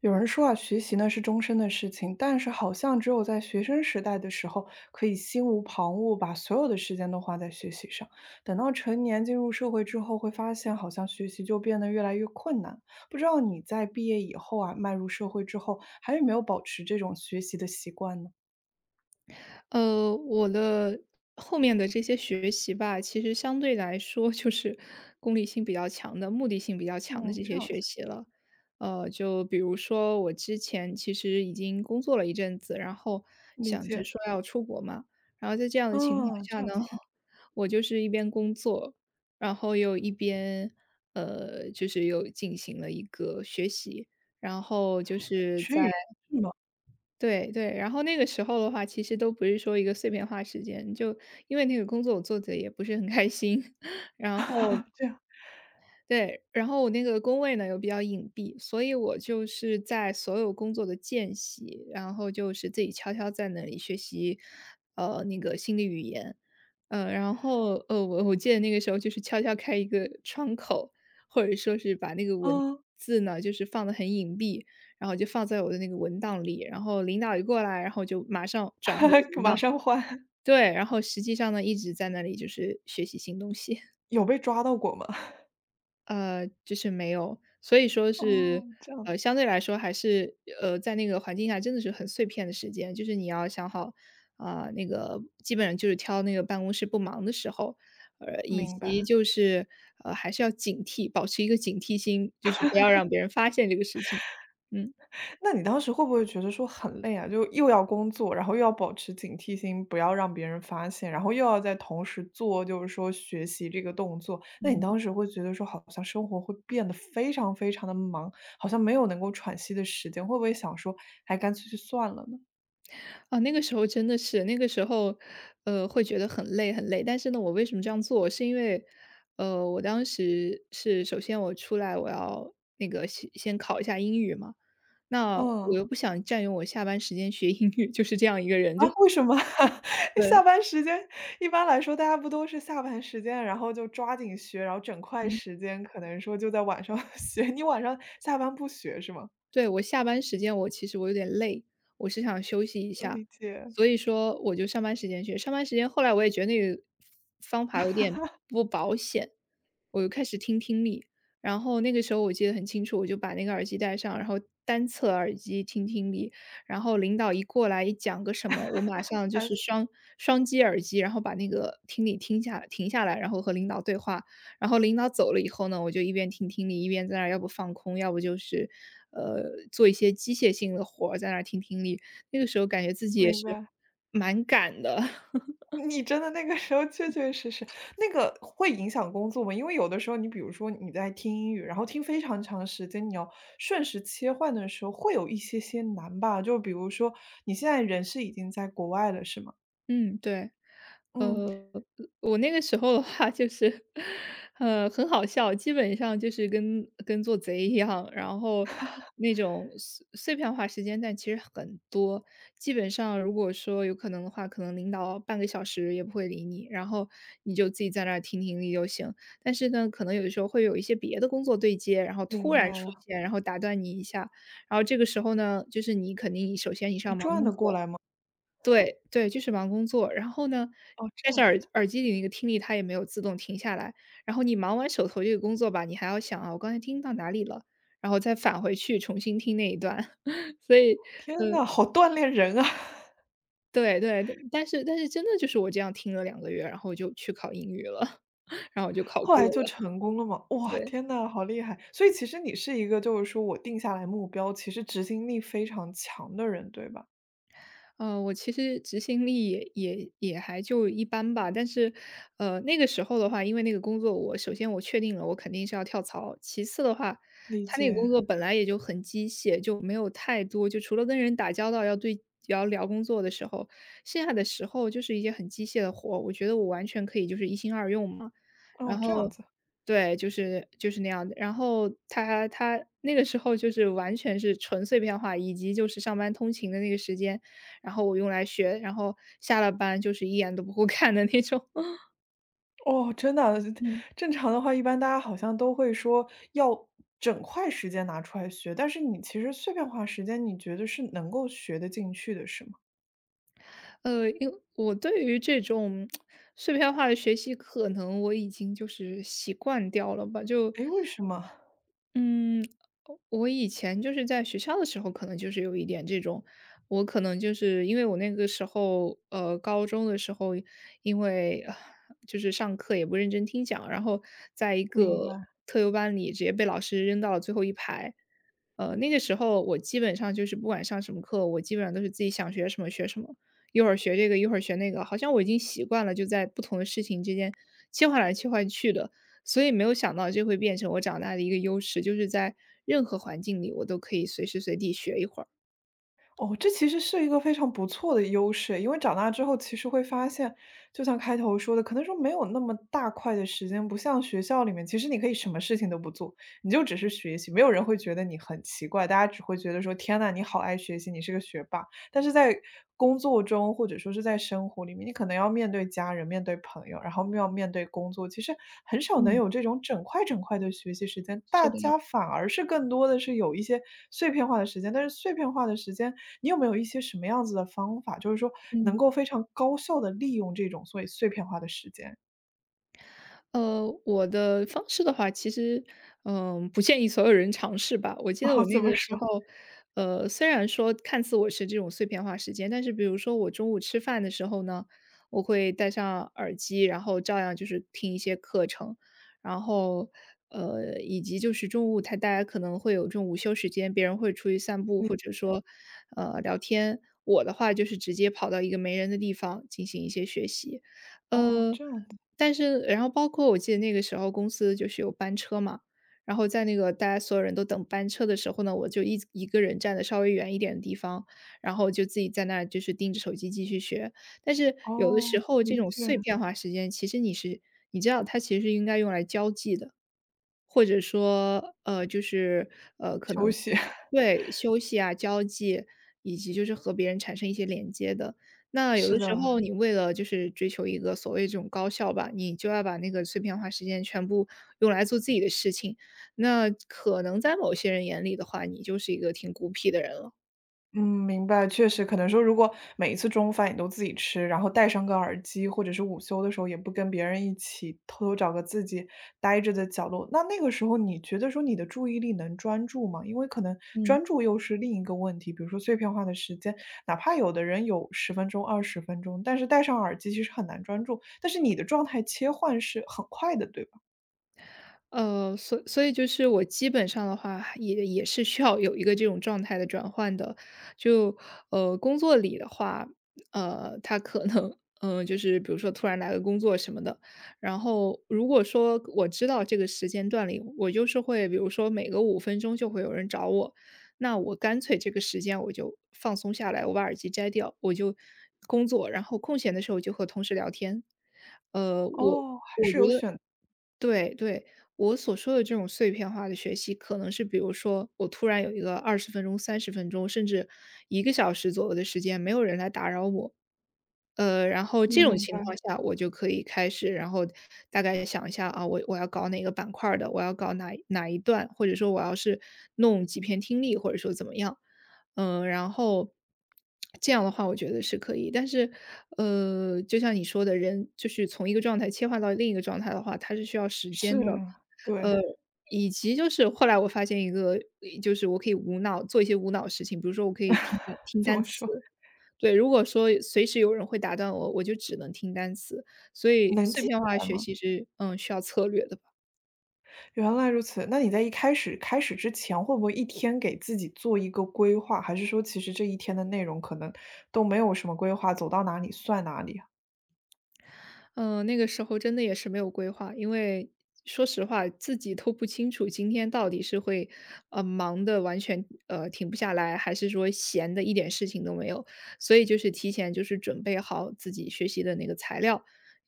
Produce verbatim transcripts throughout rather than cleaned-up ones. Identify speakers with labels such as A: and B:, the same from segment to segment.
A: 有人说啊，学习呢是终身的事情，但是好像只有在学生时代的时候，可以心无旁骛，把所有的时间都花在学习上。等到成年进入社会之后，会发现好像学习就变得越来越困难。不知道你在毕业以后啊，迈入社会之后，还有没有保持这种学习的习惯呢？
B: 呃，我的后面的这些学习吧，其实相对来说就是功利性比较强的、目的性比较强的
A: 哦，
B: 这
A: 这
B: 些
A: 样
B: 学
A: 子。
B: 习了。呃，就比如说我之前其实已经工作了一阵子，然后
A: 理
B: 想着
A: 解。
B: 说要出国嘛，然后在这样的情况
A: 嗯，
B: 下
A: 这
B: 呢，
A: 样子。
B: 我就是一边工作，然后又一边呃，就是又进行了一个学习，然后就是在对对，然后那个时候的话，其实都不是说一个碎片化时间，就因为那个工作我做的也不是很开心，然后
A: 这样。
B: 对，然后我那个工位呢又比较隐蔽，所以我就是在所有工作的间隙，然后就是自己悄悄在那里学习，呃，那个心理语言，呃，然后呃，我我记得那个时候就是悄悄开一个窗口，或者说是把那个文
A: 嗯。
B: 字呢，就是放的很隐蔽，然后就放在我的那个文档里，然后领导一过来，然后就马上转回文
A: 马
B: 档，
A: 上换。
B: 对，然后实际上呢一直在那里就是学习新东西。
A: 有被抓到过吗？
B: 呃，就是没有，所以说嗯
A: 哦，
B: 是，
A: 这样，子。
B: 呃，相对来说还是，呃，在那个环境下真的是很碎片的时间，就是你要想好，啊，那个基本上就是挑那个办公室不忙的时候，呃，以
A: 明白。
B: 及就是，呃，还是要警惕，保持一个警惕心，就是不要让别人发现这个事情，嗯。
A: 那你当时会不会觉得说很累啊？就又要工作，然后又要保持警惕心，不要让别人发现，然后又要在同时做，就是说学习这个动作。那你
B: 嗯。
A: 当时会觉得说，好像生活会变得非常非常的忙，好像没有能够喘息的时间，会不会想说，还干脆就算了呢？
B: 啊，那个时候真的是，那个时候，呃，会觉得很累很累。但是呢，我为什么这样做，是因为，呃，我当时是首先我出来我要那个先先考一下英语嘛，那我
A: 嗯。
B: 又不想占用我下班时间学英语，就是这样一个人，就
A: 啊，为什么？
B: 对，
A: 下班时间一般来说，大家不都是下班时间，然后就抓紧学，然后整块
B: 嗯。
A: 时间可能说就在晚上 学。你晚上下班不学是吗？
B: 对，我下班时间我其实我有点累，我是想休息一
A: 嗯，
B: 下，
A: 理解。
B: 所以说我就上班时间去。上班时间后来我也觉得那个方法有点不保险，我就开始听听力。然后那个时候我记得很清楚，我就把那个耳机戴上，然后单侧耳机听听力。然后领导一过来一讲个什么，我马上就
A: 哎，
B: 是双双击耳机，然后把那个听力听下停下来，然后和领导对话。然后领导走了以后呢，我就一边听听力，一边在那儿要不放空，要不就是，呃，做一些机械性的活儿，在那儿听听力。那个时候感觉自己也
A: 明
B: 是
A: 白。
B: 蛮赶的，
A: 你真的那个时候确确实实那个会影响工作吗？因为有的时候你比如说你在听英语，然后听非常长时间，你要瞬时切换的时候会有一些些难吧？就比如说你现在人是已经在国外了，是吗？
B: 嗯，对。
A: 嗯，
B: 呃，我那个时候的话就是，呃，很好笑，基本上就是跟跟做贼一样，然后那种碎碎片化时间，但其实很多。基本上如果说有可能的话，可能领导半个小时也不会理你，然后你就自己在那儿听听力就行。但是呢，可能有的时候会有一些别的工作对接，然后突
A: 明
B: 然嗯
A: 白
B: 出
A: 了。
B: 现，然后打断你一下，然后这个时候呢，就是你肯定你首先你是
A: 你
B: 要忙
A: 转
B: 工
A: 得过
B: 作，
A: 来吗？
B: 对，对，就是忙工作。然后呢，
A: 哦，这
B: 但是
A: 样子。
B: 耳耳机里那个听力它也没有自动停下来，然后你忙完手头这个工作吧，你还要想啊，我刚才听到哪里了，然后再返回去重新听那一段。所以
A: 天呐，好锻炼人啊！
B: 对，对，但但是但是真的就是我这样听了两个月，然后我就去考英语了，然后我就考
A: 后
B: 过
A: 来就
B: 了，
A: 成功了吗？哇，
B: 对。
A: 天呐，好厉害！所以其实你是一个就是说我定下来目标，其实执行力非常强的人，对吧？
B: 呃，我其实执行力也也也还就一般吧，但是，呃，那个时候的话，因为那个工作我首先我确定了我肯定是要跳槽，其次的话，
A: 理
B: 他那个工
A: 解。
B: 作本来也就很机械，就没有太多，就除了跟人打交道要对要聊工作的时候，剩下的时候就是一些很机械的活，我觉得我完全可以就是一心二用嘛。
A: 哦，
B: 然
A: 这样
B: 后，
A: 子。
B: 对，就是就是那样的。然后他他那个时候就是完全是纯碎片化，以及就是上班通勤的那个时间，然后我用来学，然后下了班就是一眼都不 会看的那种。
A: 哦，真的啊。
B: 嗯。
A: 正常的话，一般大家好像都会说要整块时间拿出来学，但是你其实碎片化时间，你觉得是能够学得进去的，是吗？
B: 呃，因为我对于这种 碎片化的学习，可能我已经就是习惯掉了吧，就
A: 诶，为什么？
B: 嗯，我以前就是在学校的时候，可能就是有一点这种，我可能就是因为我那个时候，呃，高中的时候，因为呃就是上课也不认真听讲，然后在一
A: 明
B: 个
A: 白。
B: 特优班里直接被老师扔到了最后一排。呃，那个时候我基本上就是不管上什么课，我基本上都是自己想学什么学什么，一会儿学这个，一会儿学那个，好像我已经习惯了，就在不同的事情之间切换来切换去的。所以没有想到这会变成我长大的一个优势，就是在任何环境里我都可以随时随地学一会儿。
A: 哦，这其实是一个非常不错的优势，因为长大之后其实会发现，就像开头说的，可能说没有那么大块的时间，不像学校里面，其实你可以什么事情都不做，你就只是学习，没有人会觉得你很奇怪，大家只会觉得说：“天呐，你好爱学习，你是个学霸。”但是在工作中或者说是在生活里面，你可能要面对家人、面对朋友，然后又要面对工作，其实很少能
B: 嗯，
A: 有这种整块整块的学习时间，
B: 是
A: 大
B: 的，
A: 家反而是更多的是有一些碎片化的时间。但是碎片化的时间，你有没有一些什么样子的方法，就是说能
B: 嗯。
A: 够非常高效的利用这种所以碎片化的时间？
B: 呃，我的方式的话，其实，嗯、不建议所有人尝试吧。我记得
A: 哦，
B: 我那
A: 怎么
B: 个时
A: 说？
B: 候，呃，虽然说看似我是这种碎片化时间，但是比如说我中午吃饭的时候呢，我会戴上耳机，然后照样就是听一些课程，然后，呃，以及就是中午他大家可能会有这种午休时间，别人会出去散步
A: 你
B: 或者说，呃，聊天。我的话就是直接跑到一个没人的地方进行一些学习。
A: 哦，
B: 呃，
A: 这样子。
B: 但是然后包括我记得那个时候公司就是有班车嘛，然后在那个大家所有人都等班车的时候呢，我就一一个人站的稍微远一点的地方，然后就自己在那儿就是盯着手机继续学。但是有的时
A: 哦，
B: 候这
A: 理
B: 种
A: 解。
B: 碎片化时间，其实你是你知道它其实是应该用来交际的，或者说，呃，就是，呃，可
A: 休
B: 能
A: 息。
B: 对，休息啊、交际，以及就是和别人产生一些连接的。那有
A: 是
B: 的时
A: 的。
B: 候你为了就是追求一个所谓这种高效吧，你就要把那个碎片化时间全部用来做自己的事情，那可能在某些人眼里的话，你就是一个挺孤僻的人了。
A: 嗯，明白，确实，可能说如果每一次中午饭你都自己吃，然后戴上个耳机，或者是午休的时候也不跟别人一起，偷偷找个自己呆着的角落，那那个时候你觉得说你的注意力能专注吗？因为可能
B: 嗯。
A: 专注又是另一个问题，比如说碎片化的时间，哪怕有的人有十分钟、二十分钟，但是戴上耳机其实很难专注，但是你的状态切换是很快的，对吧？
B: 呃，所所以就是我基本上的话，也也是需要有一个这种状态的转换的。就呃，工作里的话，呃，他可能嗯、呃就是比如说突然来个工作什么的，然后如果说我知道这个时间段里，我就是会，比如说每隔五分钟就会有人找我，那我干脆这个时间我就放松下来，我把耳机摘掉，我就工作，然后空闲的时候就和同事聊天。呃，我
A: 哦，还
B: 我
A: 是
B: 觉
A: 有
B: 得
A: 选
B: 对对，我所说的这种碎片化的学习，可能是比如说我突然有一个二十分钟、三十分钟，甚至一个小时左右的时间，没有人来打扰我。呃，然后
A: 嗯，
B: 这嗯种
A: 明
B: 情
A: 白。
B: 况下，我就可以开始，然后大概想一下啊，我我要搞哪个板块儿的，我要搞哪哪一段，或者说我要是弄几篇听力，或者说怎么样。嗯，然后这样的话我觉得是可以，但是，呃，就像你说的，人就是从一个状态切换到另一个状态的话，它是需要时
A: 是。
B: 间的。
A: 对。
B: 呃，以及就是后来我发现一个就是我可以无脑做一些无脑事情，比如说我可以听单听
A: 怎
B: 单
A: 么
B: 词。
A: 说？
B: 对，如果说随时有人会打断我，我就只能听单词，所以
A: 能
B: 碎
A: 记起
B: 片化
A: 来
B: 学
A: 吗？
B: 习是，嗯，需要策略的吧。
A: 原来如此，那你在一开始开始之前，会不会一天给自己做一个规划？还是说其实这一天的内容可能都没有什么规划，走到哪里算哪里啊？
B: 嗯，那个时候真的也是没有规划，因为说实话，自己都不清楚今天到底是会，呃，忙的完全呃停不下来，还是说闲的一点事情都没有。所以就是提前就是准备好自己学习的那个材料，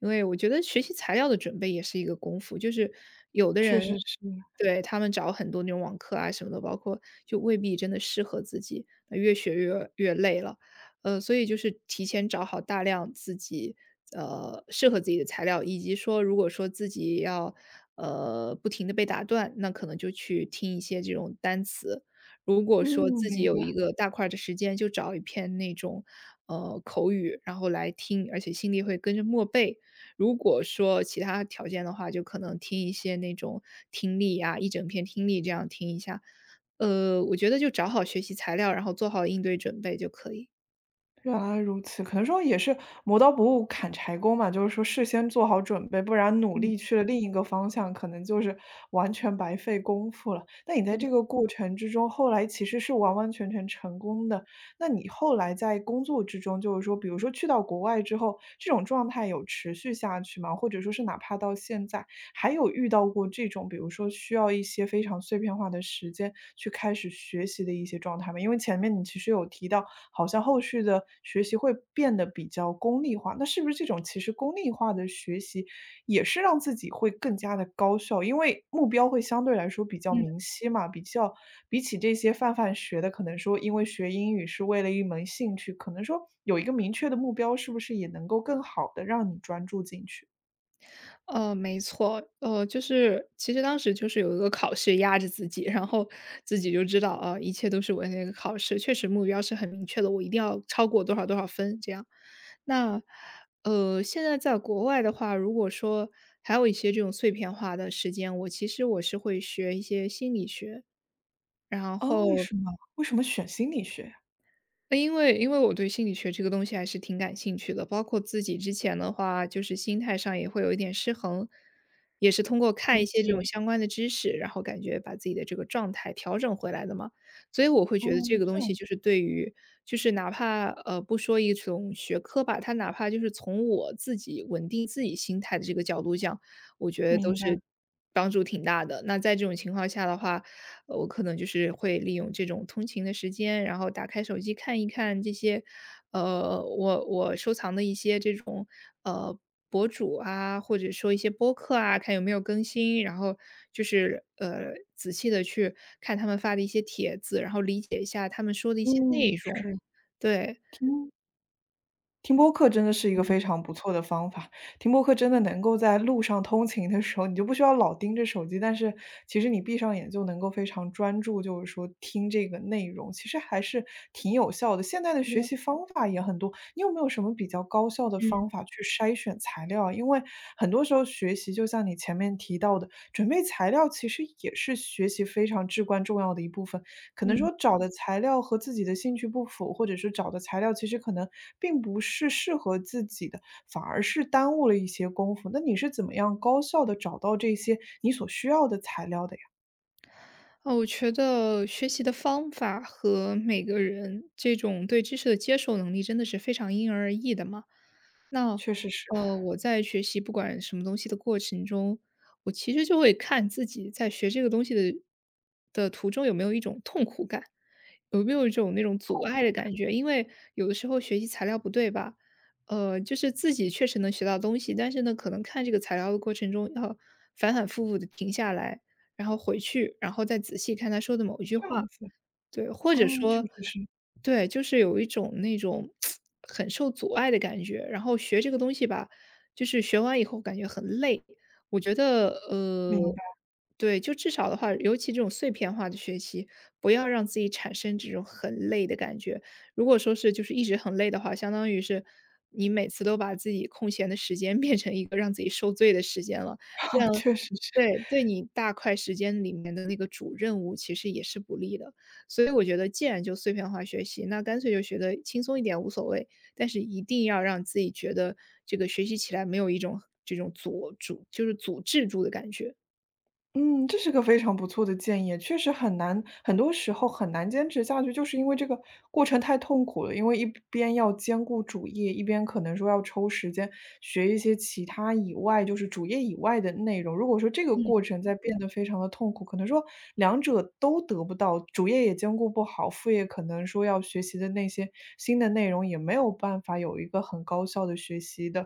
B: 因为我觉得学习材料的准备也是一个功夫，就是有的
A: 确
B: 人
A: 实是。
B: 对他们找很多那种网课啊什么的，包括就未必真的适合自己，那越学越越累了。呃，所以就是提前找好大量自己呃适合自己的材料，以及说如果说自己要呃不停的被打断，那可能就去听一些这种单词。如果说
A: 嗯，
B: 自己
A: 明
B: 有一
A: 白。
B: 个大块儿的时间，就找一篇那种呃口语，然后来听，而且心里会跟着默背。如果说其他条件的话，就可能听一些那种听力啊，一整篇听力这样听一下。呃，我觉得就找好学习材料，然后做好应对准备就可以。
A: 原来如此，可能说也是磨刀不误砍柴工嘛，就是说事先做好准备，不然努
B: 嗯。
A: 力去了另一个方向，可能就是完全白费功夫了。那你在这个过程之中，后来其实是完完全全成功的。那你后来在工作之中，就是说，比如说去到国外之后，这种状态有持续下去吗？或者说是哪怕到现在，还有遇到过这种，比如说需要一些非常碎片化的时间去开始学习的一些状态吗？因为前面你其实有提到，好像后续的学习会变得比较功利化，那是不是这种其实功利化的学习也是让自己会更加的高效？因为目标会相对来说比较明晰嘛，比较比起这些泛泛学的，可能说因为学英语是为了一门兴趣，可能说有一个明确的目标，是不是也能够更好的让你专注进去？
B: 呃，没错，呃，就是其实当时就是有一个考试压着自己，然后自己就知道啊，一切都是为那个考试，确实目标是很明确的，我一定要超过多少多少分这样。那呃，现在在国外的话，如果说还有一些这种碎片化的时间，我其实我是会学一些心理学，然
A: 哦，为
B: 后
A: 什么？为什么选心理学呀？
B: 因为因为我对心理学这个东西还是挺感兴趣的，包括自己之前的话，就是心态上也会有一点失衡，也是通过看
A: 理
B: 一些
A: 解。
B: 这种相关的知识，然后感觉把自己的这个状态调整回来的嘛。所以我会
A: 哦，
B: 觉得这个东
A: 这
B: 西
A: 样
B: 就
A: 子。
B: 是对于，就是哪怕呃不说一种学科吧，它哪怕就是从我自己稳定自己心态的这个角度讲，我觉得都
A: 明白。
B: 是帮助挺大的。那在这种情况下的话，呃，我可能就是会利用这种通勤的时间，然后打开手机看一看这些，呃，我我收藏的一些这种呃博主啊，或者说一些播客啊，看有没有更新，然后就是呃仔细的去看他们发的一些帖子，然后理解一下他们说的一些
A: 嗯，
B: 内容。
A: 是。
B: 对，
A: 嗯。听播客真的是一个非常不错的方法，听播客真的能够在路上通勤的时候，你就不需要老盯着手机，但是其实你闭上眼就能够非常专注，就是说听这个内容，其实还是挺有效的。现在的学习方法也很多，你有没有什么比较高效的
B: 嗯
A: 方法去筛选材料啊？因为很多时候学习就像你前面提到的，准备材料其实也是学习非常至关重要的一部分。可能
B: 嗯，
A: 说找的材料和自己的兴趣不符，或者是找的材料其实可能并不是适合自己的，反而是耽误了一些功夫。那你是怎么样高效的找到这些你所需要的材料的呀？
B: 哦，我觉得学习的方法和每个人这种对知识的接受能力真的是非常因人而异的嘛。那，
A: 确实是。
B: 呃，我在学习不管什么东西的过程中，我其实就会看自己在学这个东西的的途中有没有一种痛苦感，有没有一种那种阻碍的感觉。因为有的时候学习材料不对吧，呃，就是自己确实能学到东西，但是呢，可能看这个材料的过程中要反反复复的停下来，然后回去，然后再仔细看他说的某一句
A: 这
B: 话，
A: 样子。
B: 对，或者
A: 嗯，确
B: 说
A: 实是。
B: 对，就是有一种那种很受阻碍的感觉。然后学这个东西吧，就是学完以后感觉很累。我觉得，呃，
A: 明白。
B: 对，就至少的话，尤其这种碎片化的学习，不要让自己产生这种很累的感觉。如果说是就是一直很累的话，相当于是你每次都把自己空闲的时间 变成一个让自己受罪的时间了，这样
A: 确实是。
B: 对对你大块时间里面的那个主任务其实也是不利的。所以我觉得既然就碎片化学习，那干脆就学得轻松一点无所谓，但是一定要让自己觉得这个学习起来没有一种这种阻阻就是阻滞住的感觉。
A: 嗯，这是个非常不错的建议，确实很难，很多时候很难坚持下去，就是因为这个过程太痛苦了。因为一边要兼顾主业，一边可能说要抽时间学一些其他以外，就是主业以外的内容。如果说这个
B: 嗯，
A: 过程在变得非常的痛苦，可能说两者都得不到，主业也兼顾不好，副业可能说要学习的那些新的内容也没有办法有一个很高效的学习的。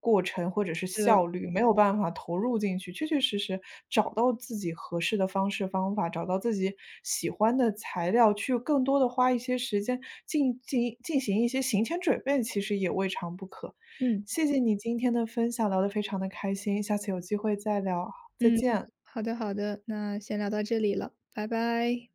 A: 过程或者是
B: 是的，
A: 效率，没有办法投入进去，确确实实找到自己合适的方式方法，找到自己喜欢的材料，去更多的花一些时间进进进行一些行前准备，其实也未尝不可。
B: 嗯。
A: 谢谢你今天的分享，聊得非常的开心，下次有机会再聊，再
B: 嗯，
A: 见。
B: 好的好的，那先聊到这里了，拜拜。